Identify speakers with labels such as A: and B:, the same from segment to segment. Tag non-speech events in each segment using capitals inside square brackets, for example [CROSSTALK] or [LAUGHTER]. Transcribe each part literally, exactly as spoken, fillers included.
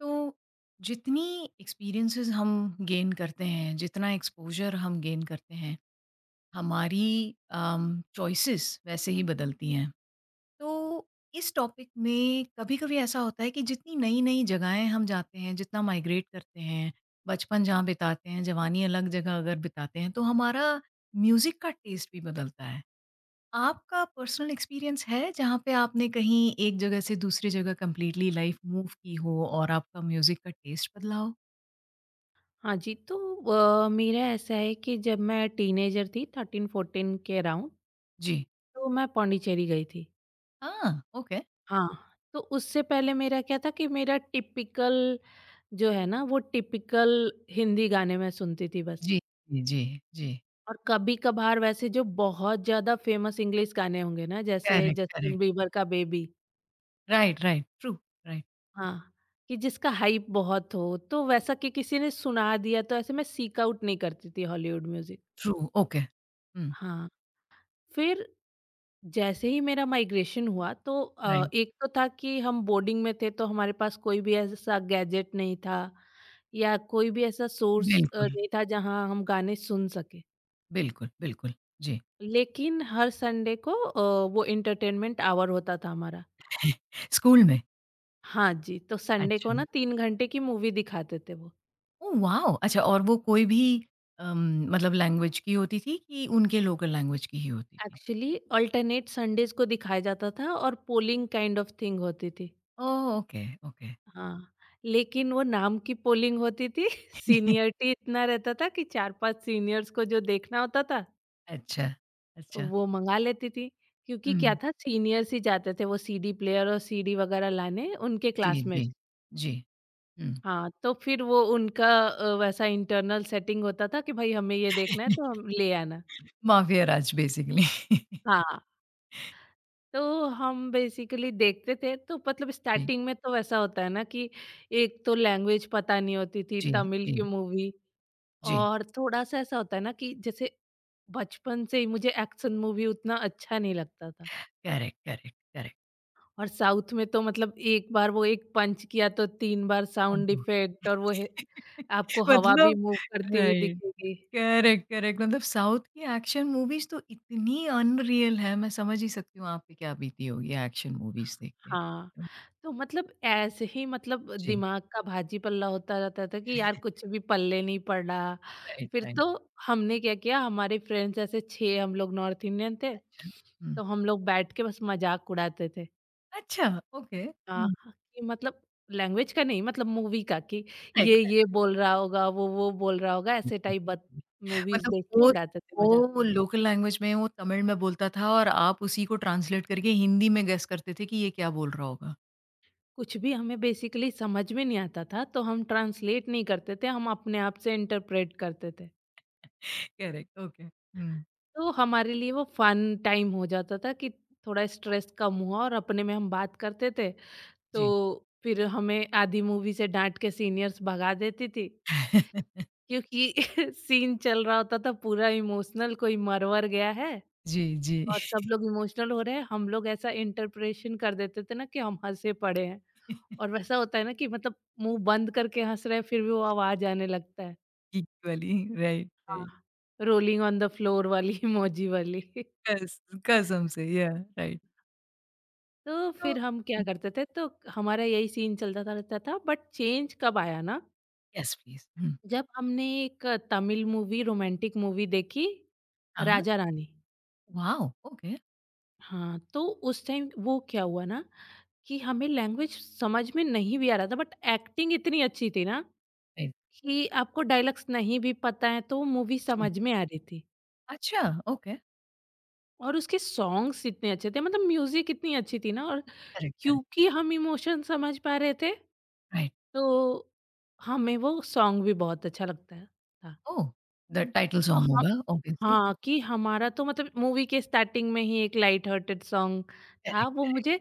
A: तो जितनी एक्सपीरियंसेस हम गेन करते हैं जितना एक्सपोजर हम गेन करते हैं हमारी चॉइसेस वैसे ही बदलती हैं तो इस टॉपिक में कभी कभी ऐसा होता है कि जितनी नई नई जगहें हम जाते हैं जितना माइग्रेट करते हैं बचपन जहाँ बिताते हैं जवानी अलग जगह अगर बिताते हैं तो हमारा म्यूज़िक का टेस्ट भी बदलता है आपका पर्सनल एक्सपीरियंस है जहाँ पे आपने कहीं एक जगह से दूसरी जगह कंप्लीटली लाइफ मूव की हो और आपका म्यूजिक का टेस्ट बदला हो?
B: हाँ जी, तो अ, मेरा ऐसा है कि जब मैं टीनेजर थी तेरह चौदह के अराउंड,
A: जी।
B: तो मैं पौंडीचेरी गई थी।
A: हाँ, ओके।
B: हाँ, तो उससे पहले मेरा क्या था कि मेरा टिपिकल जो है ना, वो टिपिकल हिंदी गाने मैं सुनती थी बस।
A: जी, जी, जी, जी।
B: और कभी-कभार वैसे जो बहुत ज़्यादा फेमस इंग्लिश गाने होंगे ना, जैसे
A: करेक्ट, करेक्ट।
B: जस्टिन बीबर का baby,
A: right, right, true, right.
B: हाँ, कि जिसका हाइप बहुत हो, तो वैसा कि किसी ने सुना दिया, तो ऐसे मैं सीक आउट नहीं करती थी हॉलीवुड म्यूज़िक।
A: True, okay. हुँ।
B: हाँ, फिर जैसे ही मेरा माइग्रेशन हुआ तो अ,
A: राइट,
B: एक तो था कि हम बोर्डिंग में थे तो हमारे पास कोई भी ऐसा गैजेट नहीं था या कोई भी ऐसा सोर्स अ,
A: बिल्कुल,
B: नहीं था जहां हम गाने सुन सके।
A: बिल्कुल, बिल्कुल, जी।
B: लेकिन हर संडे को अ, वो एंटरटेनमेंट आवर होता था हमारा।
A: स्कूल में?
B: हाँ जी, तो संडे को
A: अच्छा।
B: ना तीन घंटे की मूवी दिखाते थे। वो
A: ओह वाओ! अच्छा और वो कोई भी अम, मतलब लैंग्वेज की होती थी कि उनके लोकल लैंग्वेज की ही होती थी?
B: एक्चुअली अल्टरनेट संडेज को दिखाया जाता था और पोलिंग काइंड ऑफ थिंग होती थी।
A: ओह! Okay, okay.
B: हाँ, लेकिन वो नाम की पोलिंग होती थी। [LAUGHS]
A: [LAUGHS]
B: सीनियरिटी इतना रहता था कि चार पाँच सीनियर्स को जो देखना होता था,
A: अच्छा, अच्छा।
B: वो मँगा लेती थी। क्योंकि क्या
A: हुँ।
B: था, सीनियर्स ही जाते थे वो सीडी प्लेयर और सीडी वगैरह लाने, उनके
A: जी, जी।
B: क्लासमेट्स।
A: जी। हुँ।
B: हाँ, तो फिर वो उनका अ, वैसा इंटरनल सेटिंग होता था कि भई हमें ये देखना है तो
A: [LAUGHS]
B: हम ले आना।
A: Mafia raj basically.
B: हाँ, तो हम बेसिकली देखते थे तो मतलब
A: जी,
B: स्टार्टिंग में तो वैसा होता है ना कि एक तो लैंग्वेज पता नहीं होती थी,
A: जी,
B: तमिल
A: जी,
B: की मूवी।
A: जी।
B: और थोड़ा-सा ऐसा होता है ना कि जैसे बचपन से ही मुझे एक्शन मूवी उतना अच्छा नहीं लगता था।
A: Correct, correct, correct.
B: और साउथ में तो मतलब एक बार वो एक पंच किया तो तीन बार साउंड
A: हाँ।
B: इफेक्ट, और वो है,
A: [LAUGHS]
B: आपको हवा भी
A: मतलब
B: मूव करती हुई
A: राइट।
B: दिखेगी।
A: करेक्ट, करेक्ट मतलब साउथ की एक्शन मूवीज़ तो इतनी अनरियल है, मैं समझ ही सकती हूँ आप पे क्या बीती होगी एक्शन मूवीज़ देख के।
B: हाँ,
A: हुँ,
B: तो मतलब ऐसे ही, मतलब
A: जी।
B: दिमाग का भाजी-पल्ला होता रहता था कि यार कुछ भी पल्ले नहीं पड़ रहा।
A: राइट,
B: फिर
A: राइट।
B: तो हमने क्या किया, हमारे फ्रेंड्स ऐसे छह हम लोग नॉर्थ इंडियन थे,
A: हुँ।
B: तो हम लोग बैठ के बस मज़ाक उड़ाते थे।
A: अच्छा, ओके।
B: अ,
A: हुँ।
B: ह कि मतलब लैंग्वेज का नहीं, मतलब मूवी का, कि
A: राइट,
B: ये, ये बोल रहा होगा, वो, वो बोल रहा होगा, ऐसे
A: राइट।
B: टाइप बत मूवीज़
A: मतलब
B: देख के
A: वो
B: उड़ाते थे मज़ा।
A: वो लोकल लैंग्वेज में वो तमिल में बोलता था और आप उसी को ट्रांसलेट करके हिंदी में गेस करते थे कि ये क्या बोल रहा होगा।
B: कुछ भी हमें बेसिकली समझ में नहीं आता था, तो हम ट्रांसलेट नहीं करते थे, हम अपने आप से इंटरप्रेट करते थे।
A: [LAUGHS] Correct, okay. हुँ,
B: तो हमारे लिए वो फन टाइम हो जाता था कि थोड़ा स्ट्रेस कम हुआ और अपने में हम बात करते थे।
A: जी।
B: तो फिर हमें आधी मूवी से डाँट के सीनियर्स भगा देती थी,
A: [LAUGHS]
B: क्योंकि [LAUGHS] सीन चल रहा होता था पूरा इमोशनल, कोई मर-वर गया है
A: जी, जी।
B: और सब लोग इमोशनल हो रहे हैं, हम लोग ऐसा इंटरप्रेशन कर देते थे ना कि हम हँसे पड़े हैं।
A: [LAUGHS]
B: और वैसा होता है ना कि मतलब मुँह बंद करके हँस रहे हैं फिर भी वो आवाज़ आने लगता है।
A: गीक वाली राइट,
B: हाँ।
A: Right.
B: Rolling on the floor वाली [LAUGHS] इमोजी वाली। [LAUGHS]
A: कस कसम से या राइट।
B: तो
A: तो
B: फिर हम क्या करते थे, तो हमारा यही सीन चलता था रहता था, बट चेंज कब आया ना,
A: येस प्लीज़। हुँ।
B: जब हमने एक तमिल मूवी, रोमांटिक मूवी देखी,
A: हाँ,
B: राजा रानी।
A: वॉव! ओके
B: हाँ, तो उस टाइम वो क्या हुआ ना, कि हमें लैंग्वेज समझ में नहीं भी आ रहा था, बट एक्टिंग इतनी अच्छी थी ना
A: राइट,
B: कि आपको डायलॉग्स नहीं भी पता है तो मूवी
A: जी।
B: समझ में आ रही थी।
A: अच्छा, ओके।
B: और उसके सॉन्ग्स इतने अच्छे थे, मतलब म्यूजिक इतनी अच्छी थी ना, और
A: करेक्ट, करेक्ट,
B: क्योंकि हम इमोशन समझ पा रहे थे,
A: राइट।
B: तो हमें वो सॉन्ग भी बहुत अच्छा लगता है
A: ओह! द टाइटल सॉन्ग
B: था।
A: होगा ऑब्वियसली।
B: हाँ, कि हमारा तो मतलब मूवी के स्टार्टिंग में ही एक लाइट हार्टेड सॉन्ग था, वो
A: करेक्ट,
B: मुझे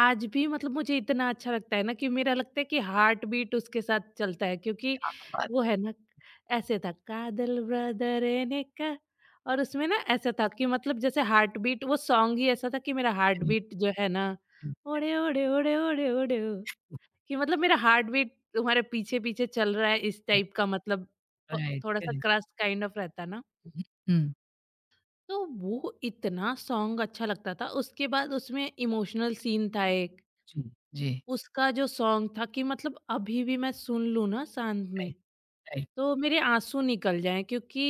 B: आज भी, मतलब मुझे इतना अच्छा लगता है ना, कि मेरा लगता है कि हार्ट बीट उसके साथ चलता है, क्योंकि
A: क्या बात!
B: वो है ना, ऐसे था काजल ब्रदर ने का। और उसमें ना ऐसा था कि मतलब जैसे हार्ट बीट, वो सॉन्ग ही ऐसा था कि मेरा हार्ट बीट जो है ना,
A: राइट,
B: ओड़े, ओड़े, ओड़े, ओड़े, ओड़े ओ, कि मतलब मेरा हार्ट बीट तुम्हारे पीछे-पीछे चल रहा है, इस
A: राइट,
B: टाइप का, मतलब प
A: राइट,
B: थोड़ा-सा
A: करेक्ट।
B: क्रश काइंड ऑफ रहता ना।
A: हुँ।
B: तो वो इतना सॉन्ग अच्छा लगता था। उसके बाद उसमें इमोशनल सीन था एक,
A: जी, जी।
B: उसका जो सॉन्ग था कि मतलब अभी भी मैं सुन लूँ ना शांत में,
A: राइट, राइट।
B: तो मेरे आँसू निकल जाएँ, क्योंकि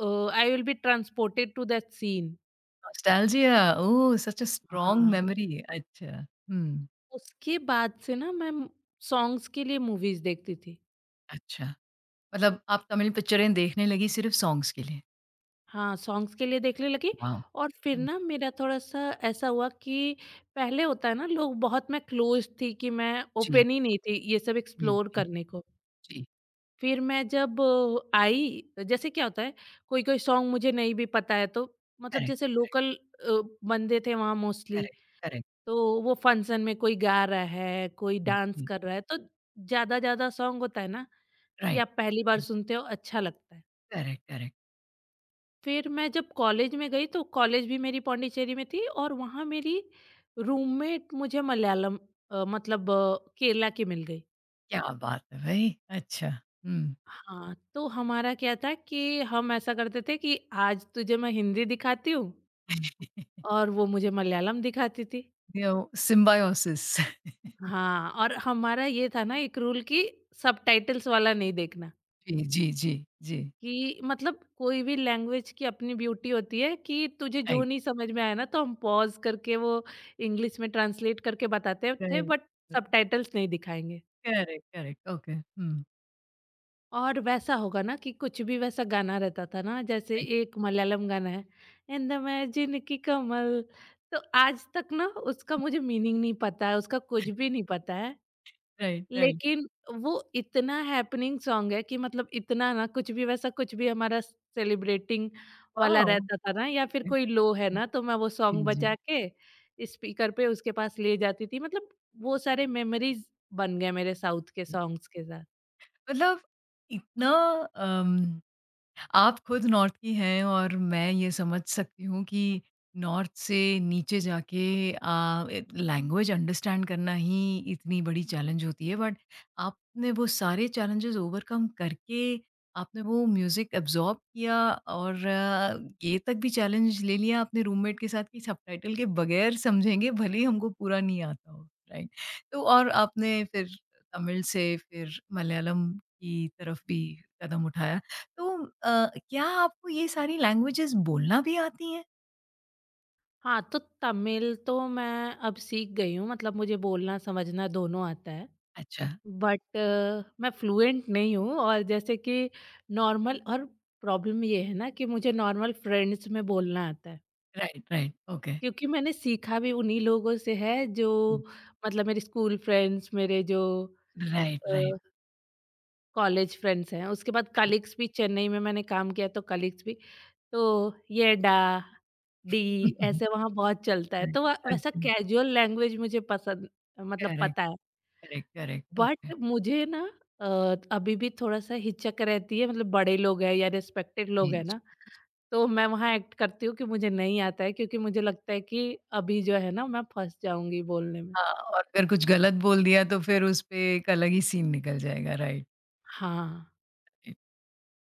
B: uh, I will be transported to that scene.
A: Nostalgia oh! Such a strong
B: हाँ।
A: मेमोरी अच्छा, हुँ।
B: उसके बाद से ना मैं सॉन्ग्स के लिए मूवीज़ देखती थी।
A: अच्छा, मतलब आप तमिल पिक्चरें देखने लगी सिर्फ़ सॉन्ग्स के लिए?
B: हाँ, सॉन्ग्स के लिए देखने लगी।
A: वॉव!
B: और फिर
A: हुँ,
B: ना मेरा थोड़ा-सा ऐसा हुआ कि पहले होता है ना, लोग बहुत, मैं क्लोज़्ड थी, कि मैं
A: जी,
B: ओपन ही नहीं थी ये सब
A: जी,
B: एक्सप्लोर
A: जी,
B: करने को।
A: जी।
B: फिर मैं जब अ, आई जैसे क्या होता है, कोई कोई सॉन्ग मुझे नहीं भी पता है तो मतलब
A: करेक्ट,
B: जैसे
A: करेक्ट,
B: लोकल बंदे थे वहाँ मोस्टली,
A: करेक्ट, करेक्ट।
B: तो वो फंक्शन में कोई गा रहा है, कोई
A: हुँ,
B: डांस
A: जी।
B: कर रहा है, तो ज्यादा ज्यादा सॉन्ग होता है ना कि
A: राइट।
B: आप पहली बार
A: राइट।
B: सुनते हो, अच्छा लगता है।
A: Correct, correct.
B: फिर मैं जब कॉलेज में गई, तो कॉलेज भी मेरी पौंडीचेरी में थी और वहाँ मेरी रूममेट मुझे मलयालम, अ, मतलब अ, केरला की मिल गई।
A: क्या बात है भई! अच्छा, हुँ।
B: हाँ, तो हमारा क्या था कि हम ऐसा करते थे कि आज तुझे मैं हिंदी दिखाती हूँ और वो मुझे मलयालम दिखाती थी।
A: यो सिम्बायोसिस [LAUGHS]
B: हाँ, और हमारा ये था ना एक रूल, कि सबटाइटल्स वाला नहीं देखना,
A: जी, जी, जी, जी।
B: कि मतलब कोई भी लैंग्वेज की अपनी ब्यूटी होती है, कि तुझे जो
A: राइट।
B: नहीं समझ में आया ना, तो हम पॉज़ करके वो इंग्लिश में ट्रांसलेट करके बताते थे,
A: राइट,
B: बट
A: र
B: सबटाइटल्स नहीं दिखाएँगे।
A: करेक्ट, करेक्ट, ओके, हुँ।
B: और वैसा होगा ना कि कुछ भी वैसा गाना रहता था ना, जैसे
A: राइट।
B: एक मलयालम गाना है, एंड इमेजिन की कमल, तो आज तक ना उसका मुझे मीनिंग नहीं पता है, उसका कुछ भी नहीं पता है,
A: राइट, राइट।
B: लेकिन वो इतना हैपनिंग सॉन्ग है कि मतलब इतना ना, कुछ भी वैसा कुछ भी हमारा सेलिब्रेटिंग वाला
A: वॉव!
B: रहता था ना, या फिर कोई लो है ना, तो मैं वो
A: जी,
B: सॉन्ग
A: जी।
B: बजा के स्पीकर पे उसके पास ले जाती थी। मतलब वो सारे मेमोरीज बन गए मेरे साउथ के सॉन्ग्स के साथ।
A: मतलब इतना अम, आप खुद नॉर्थ की हैं और मैं ये समझ सकती हूँ कि नॉर्थ से नीचे जाके लैंग्वेज अंडरस्टैंड करना ही इतनी बड़ी चैलेंज होती है बट आपने वो सारे चैलेंजेस ओवरकम करके आपने वो म्यूज़िक एब्जॉर्ब किया और आ, ये तक भी चैलेंज ले लिया अपने रूममेट के साथ कि सबटाइटल के बगैर समझेंगे भले ही हमको पूरा नहीं आता हो राइट तो और आपने फिर तमिल से फिर मलयालम की तरफ भी कदम उठाया तो अ, क्या आपको ये सारी लैंग्वेजेज़ बोलना भी आती हैं?
B: हाँ, तो तमिल तो मैं अब सीख गई हूँ, मतलब मुझे बोलना समझना दोनों आता है।
A: अच्छा,
B: बट मैं फ्लुएंट नहीं हूँ, और जैसे कि नॉर्मल और प्रॉब्लम ये है ना कि मुझे नॉर्मल फ्रेंड्स में बोलना आता है।
A: Right, right, okay.
B: क्योंकि मैंने सीखा भी उन्हीं लोगों से है जो, मतलब मेरे स्कूल फ्रेंड्स, मेरे जो
A: राइट, राइट,
B: अ, कॉलेज फ्रेंड्स हैं, उसके बाद
A: करेक्ट।
B: कलीग्स भी, चेन्नई में मैंने काम किया तो कलीग्स भी। तो ये डा, डी
A: [LAUGHS]
B: ऐसे वहाँ बहुत चलता है,
A: राइट,
B: तो व वैसा
A: अच्छा,
B: कैजुअल लैंग्वेज मुझे पसंद, मतलब
A: करेक्ट,
B: पता है।
A: Correct, correct,
B: but
A: okay.
B: मुझे ना अ, अभी भी थोड़ा-सा हिचक रहती है, मतलब बड़े लोग हैं या रिस्पेक्टेड
A: जी,
B: लोग हैं
A: जी।
B: ना, तो मैं वहाँ एक्ट करती हूँ कि मुझे नहीं आता है, क्योंकि मुझे लगता है कि अभी जो है ना मैं फँस जाऊँगी बोलने में।
A: हाँ, और अगर कुछ गलत बोल दिया तो फिर उस पे एक अलग ही सीन निकल जाएगा, राइट।
B: हाँ,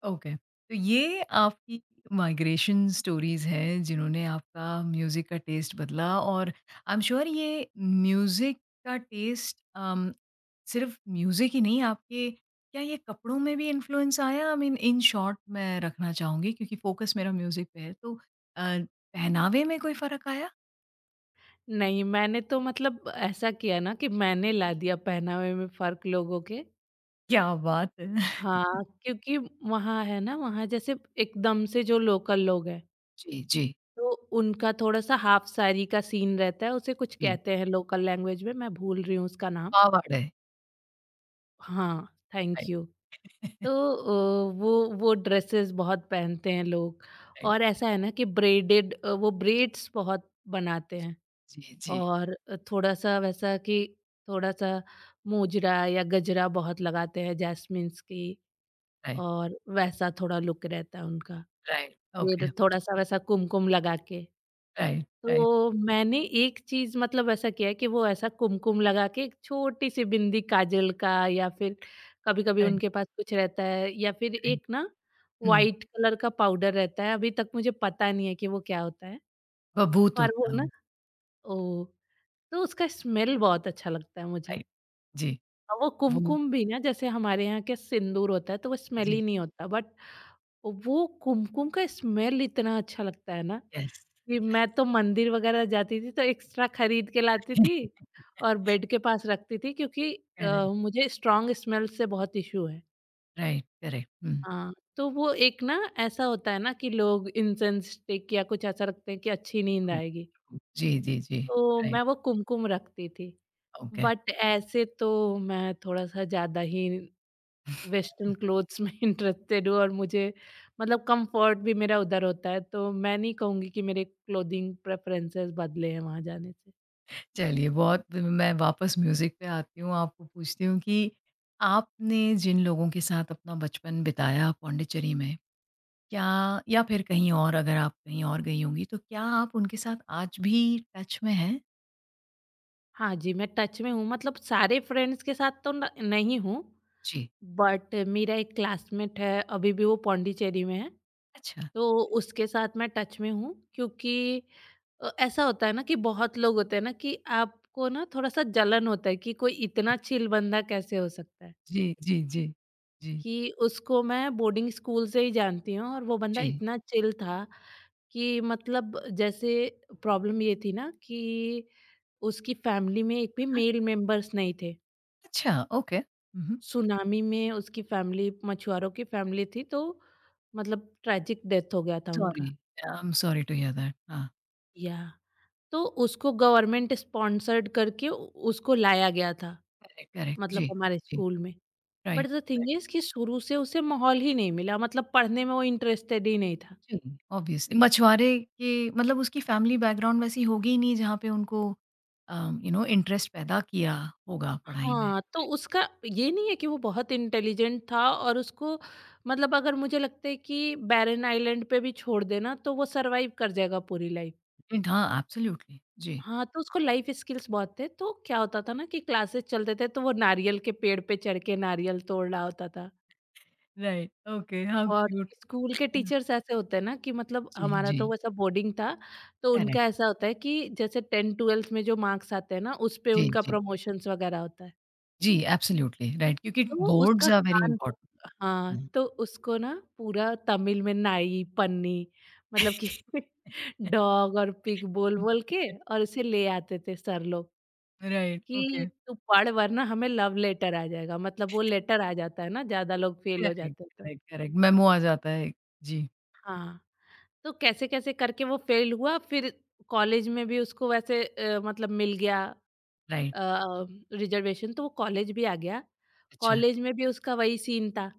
A: ओके तो ये आपकी माइग्रेशन स्टोरीज हैं जिन्होंने आपका म्यूज़िक का टेस्ट बदला और आई एम श्योर ये म्यूज़िक का टेस्ट अम, सिर्फ म्यूज़िक ही नहीं आपके क्या ये कपड़ों में भी इन्फ्लुएंस आया आई मीन इन शॉर्ट मैं रखना चाहूँगी क्योंकि फोकस मेरा म्यूज़िक पे है तो अ, पहनावे में कोई फ़र्क आया?
B: नहीं, मैंने तो मतलब ऐसा किया ना कि मैंने ला दिया पहनावे में फ़र्क लोगों के।
A: क्या बात है! [LAUGHS]
B: हाँ, क्योंकि वहाँ है ना, वहाँ जैसे एकदम से जो लोकल लोग हैं,
A: जी, जी,
B: तो उनका थोड़ा-सा हाफ साड़ी का सीन रहता है, उसे कुछ
A: जी।
B: कहते हैं लोकल लैंग्वेज में, मैं भूल रही हूँ उसका नाम।
A: पावाड़ है,
B: हाँ, थैंक
A: राइट,
B: यू। तो अ, वो वो ड्रेसेस बहुत पहनते हैं लोग। और
A: राइट। [LAUGHS]
B: ऐसा है ना कि ब्रेडेड अ, वो ब्रेड्स बहुत बनाते हैं।
A: जी, जी,
B: और अ, थोड़ा-सा वैसा कि थोड़ा-सा मोजरा या गजरा बहुत लगाते हैं, जैस्मिन्स की,
A: राइट,
B: और वैसा थोड़ा लुक रहता है उनका।
A: राइट,
B: फिर
A: ओके,
B: थोड़ा-सा वैसा कुमकुम लगा के,
A: राइट, राइट,
B: तो मैंने एक चीज़, मतलब ऐसा किया है कि वो ऐसा कुमकुम लगा के एक छोटी-सी बिंदी काजल का, या फिर कभी-कभी
A: राइट,
B: उनके पास कुछ रहता है, या फिर
A: राइट।
B: एक ना
A: हुँ,
B: व्हाइट कलर का पाउडर रहता है, अभी तक मुझे पता नहीं है कि वो क्या होता है।
A: बभूत
B: पर
A: होता
B: वो
A: है
B: ना,
A: वो,
B: ओह! तो उसका स्मेल बहुत अच्छा लगता है मुझे।
A: राइट। जी,
B: और वो
A: वो
B: कुमकुम भी ना, जैसे हमारे यहाँ के सिंदूर होता है, तो वो
A: जी,
B: स्मेली नहीं होता, बट वो कुमकुम का स्मेल इतना अच्छा लगता है ना।
A: यस,
B: जी,
A: यस,
B: मैं तो मंदिर वगैरह जाती थी तो एक्स्ट्रा खरीद के लाती थी
A: [LAUGHS]
B: और बेड के पास रखती थी, क्योंकि अ,
A: करेक्ट,
B: मुझे स्ट्रॉन्ग स्मेल से बहुत इशू है।
A: राइट, करेक्ट, हुँ,
B: हाँ। तो वो एक ना ऐसा होता है ना कि लोग इंसेंस स्टिक या कुछ ऐसा रखते हैं कि अच्छी नींद
A: ट्रू,
B: आएगी,
A: ट्रू, जी, जी, जी,
B: तो
A: राइट,
B: मैं वो कुमकुम रखती थी।
A: ओके।
B: बट ऐसे तो मैं थोड़ा-सा ज़्यादा ही वेस्टर्न क्लोथ्स में [LAUGHS] इंटरेस्टेड हूँ, और मुझे मतलब कम्फर्ट भी मेरा उधर होता है, तो मैं नहीं कहूँगी कि मेरे क्लोथिंग प्रेफरेंसेस बदले हैं वहाँ जाने से।
A: चलिए बहुत मैं वापस म्यूज़िक पे आती हूँ, आपको पूछती हूँ कि आपने जिन लोगों के साथ अपना बचपन बिताया पॉन्डिचेरी में, क्या या फिर कहीं और अगर आप कहीं और गई होंगी, तो क्या आप उनके साथ आज भी टच में हैं?
B: हाँ जी, मैं टच में हूँ, मतलब सारे फ्रेंड्स के साथ तो न नहीं हूँ,
A: जी,
B: बट मेरा एक क्लासमेट है, अभी भी वो पॉन्डिचेरी में है,
A: अच्छा।
B: तो उसके साथ मैं टच में हूँ, क्योंकि अ, ऐसा होता है ना कि बहुत लोग होते हैं ना कि आपको ना थोड़ा-सा जलन होता है कि कोई इतना चिल बंदा कैसे हो सकता है?
A: जी, जी, जी, जी,
B: कि उसको मैं बोर्डिंग स्कूल से ही जानती हूँ और वो बंदा
A: जी।
B: इतना चिल था कि मतलब जैसे प्रॉब्लम ये थी ना कि उसकी फैमिली में एक भी मेल मेंबर्स नहीं थे।
A: अच्छा, ओके। हुँ, हुँ।
B: सुनामी में उसकी फैमिली, मछुआरों की फैमिली थी, तो मतलब ट्रेजिक डेथ हो गया था
A: सॉरी,
B: उनका।
A: I am sorry to hear that हाँ,
B: या, तो उसको गवर्नमेंट स्पॉन्सर्ड करके उ उसको लाया गया था,
A: करेक्ट, करेक्ट।
B: मतलब
A: जी,
B: हमारे
A: जी।
B: स्कूल में। But
A: right,
B: the
A: right.
B: Thing is कि शुरू से उसे माहौल ही नहीं मिला, मतलब पढ़ने में वो इंटरेस्टेड ही नहीं था।
A: जी, ऑब्वियसली मछुआरे के मतलब उसकी फैमिली बैकग्राउंड वैसी होगी ही नहीं जहाँ पे उनको अ, यू नो इंटरेस्ट पैदा किया होगा पढ़ाई में।
B: हाँ, तो उसका ये नहीं है कि वो बहुत इंटेलिजेंट था और उसको, मतलब अगर मुझे लगता है कि बैरन आइलैंड पे भी छोड़ देना तो वो सर्वाइव कर जाएगा पूरी लाइफ।
A: एंड हाँ, एब्सोल्युटली। जी।
B: हाँ, तो उसको लाइफ स्किल्स बहुत थे, तो क्या होता था ना कि क्लासेस चलते थे तो वो नारियल के पेड़ पे चढ़ के नारियल तोड़ रहा होता था।
A: राइट, ओके, हाउ
B: और
A: क्यूट।
B: स्कूल के
A: हाँ,
B: टीचर्स ऐसे होते हैं ना कि मतलब
A: जी,
B: हमारा तो
A: जी।
B: वैसा बोर्डिंग था, तो उनका
A: करेक्ट।
B: ऐसा होता है कि जैसे दसवीं-बारहवीं में जो मार्क्स आते हैं ना, उस पे
A: जी,
B: उनका
A: जी।
B: प्रमोशंस वगैरह होता है।
A: जी, एब्सोल्युटली राइट क्योंकि
B: तो वो
A: बोर्ड्स
B: उसका
A: आर वेरी
B: कान प।
A: इंपोर्टेंट।
B: हाँ,
A: हुँ।
B: तो उसको ना पूरा तमिल में नाई, पन्नी, मतलब कि [LAUGHS] डॉग और पिग बोल-बोल के, और उसे ले आते थे सर लोग।
A: राइट,
B: कि
A: ओके।
B: तू पढ़ वरना हमें लव लेटर आ जाएगा, मतलब वो लेटर आ जाता है ना ज़्यादा लोग फेल हो
A: करेक्ट,
B: जाते हैं तो।
A: Correct, correct. मेमो आ जाता है। जी,
B: हाँ, तो कैसे-कैसे करके वो फेल हुआ, फिर कॉलेज में भी उसको वैसे अ, मतलब मिल गया
A: राइट।
B: अ, रिज़र्वेशन, तो वो कॉलेज भी आ गया।
A: अच्छा।
B: कॉलेज में भी उसका वही सीन था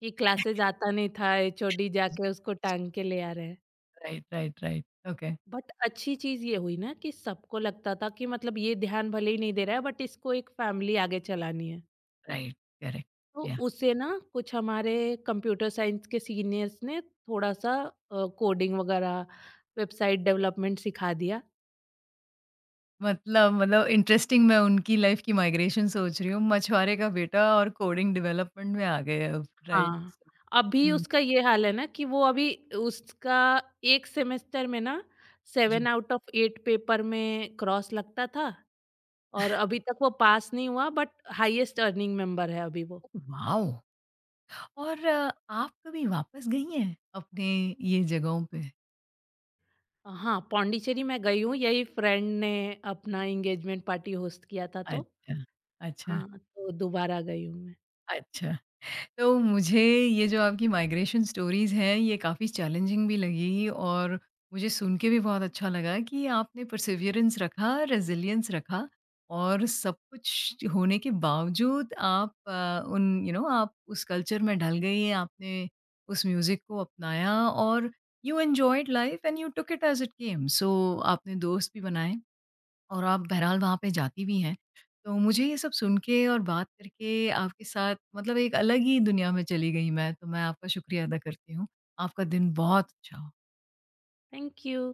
B: कि क्लासेस आता नहीं था, एच ओ डी जाके उसको टाँग के ले आ रहे हैं।
A: Right, right, right, okay.
B: But अच्छी चीज़ ये हुई ना कि सबको लगता था कि मतलब ये ध्यान भले ही नहीं दे रहा है, बट इसको एक फैमिली आगे चलानी है।
A: राइट, करेक्ट,
B: तो
A: या।
B: उसे ना कुछ हमारे कंप्यूटर साइंस के सीनियर्स ने थोड़ा सा अ, कोडिंग वगैरह, वेबसाइट डेवलपमेंट सिखा दिया।
A: मतलब मतलब इंटरेस्टिंग मैं उनकी लाइफ़ की माइग्रेशन सोच रही हूँ, मछुआरे का बेटा और कोडिंग डेवलपमेंट में आ गए अब, राइट।
B: हाँ, अभी
A: हुँ।
B: उसका ये हाल है ना कि वो अभी उसका एक सेमेस्टर में ना सात
A: जी।
B: आउट ऑफ आठ पेपर में क्रॉस लगता था, और अभी तक वो पास नहीं हुआ, बट हाईएस्ट अर्निंग मेंबर है अभी वो।
A: Oh wow! और अ, आप कभी वापस गई हैं अपने ये जगहों पे?
B: हाँ, पौंडीचेरी मैं गई हूँ, यही फ्रेंड ने अपना एंगेजमेंट पार्टी होस्ट किया था तो।
A: अच्छा। अच्छा,
B: हाँ, तो दोबारा गई हूँ मैं।
A: अच्छा। तो मुझे ये जो आपकी माइग्रेशन स्टोरीज़ हैं ये काफ़ी चैलेंजिंग भी लगी और मुझे सुन के भी बहुत अच्छा लगा कि आपने परसिवियरेंस रखा, रेज़िलियंस रखा और सब कुछ होने के बावजूद आप अ, उन यू you नो आप उस कल्चर में ढल गई, आपने उस म्यूज़िक को अपनाया और you enjoyed life and you took it as it came. So आपने दोस्त भी बनाए। और आप बहरहाल वहाँ पे जाती भी हैं। तो मुझे ये सब सुन के और बात करके आपके साथ मतलब एक अलग ही दुनिया में चली गई मैं, तो मैं आपका शुक्रिया अदा करती हूँ। आपका दिन बहुत अच्छा हो।
B: Thank you.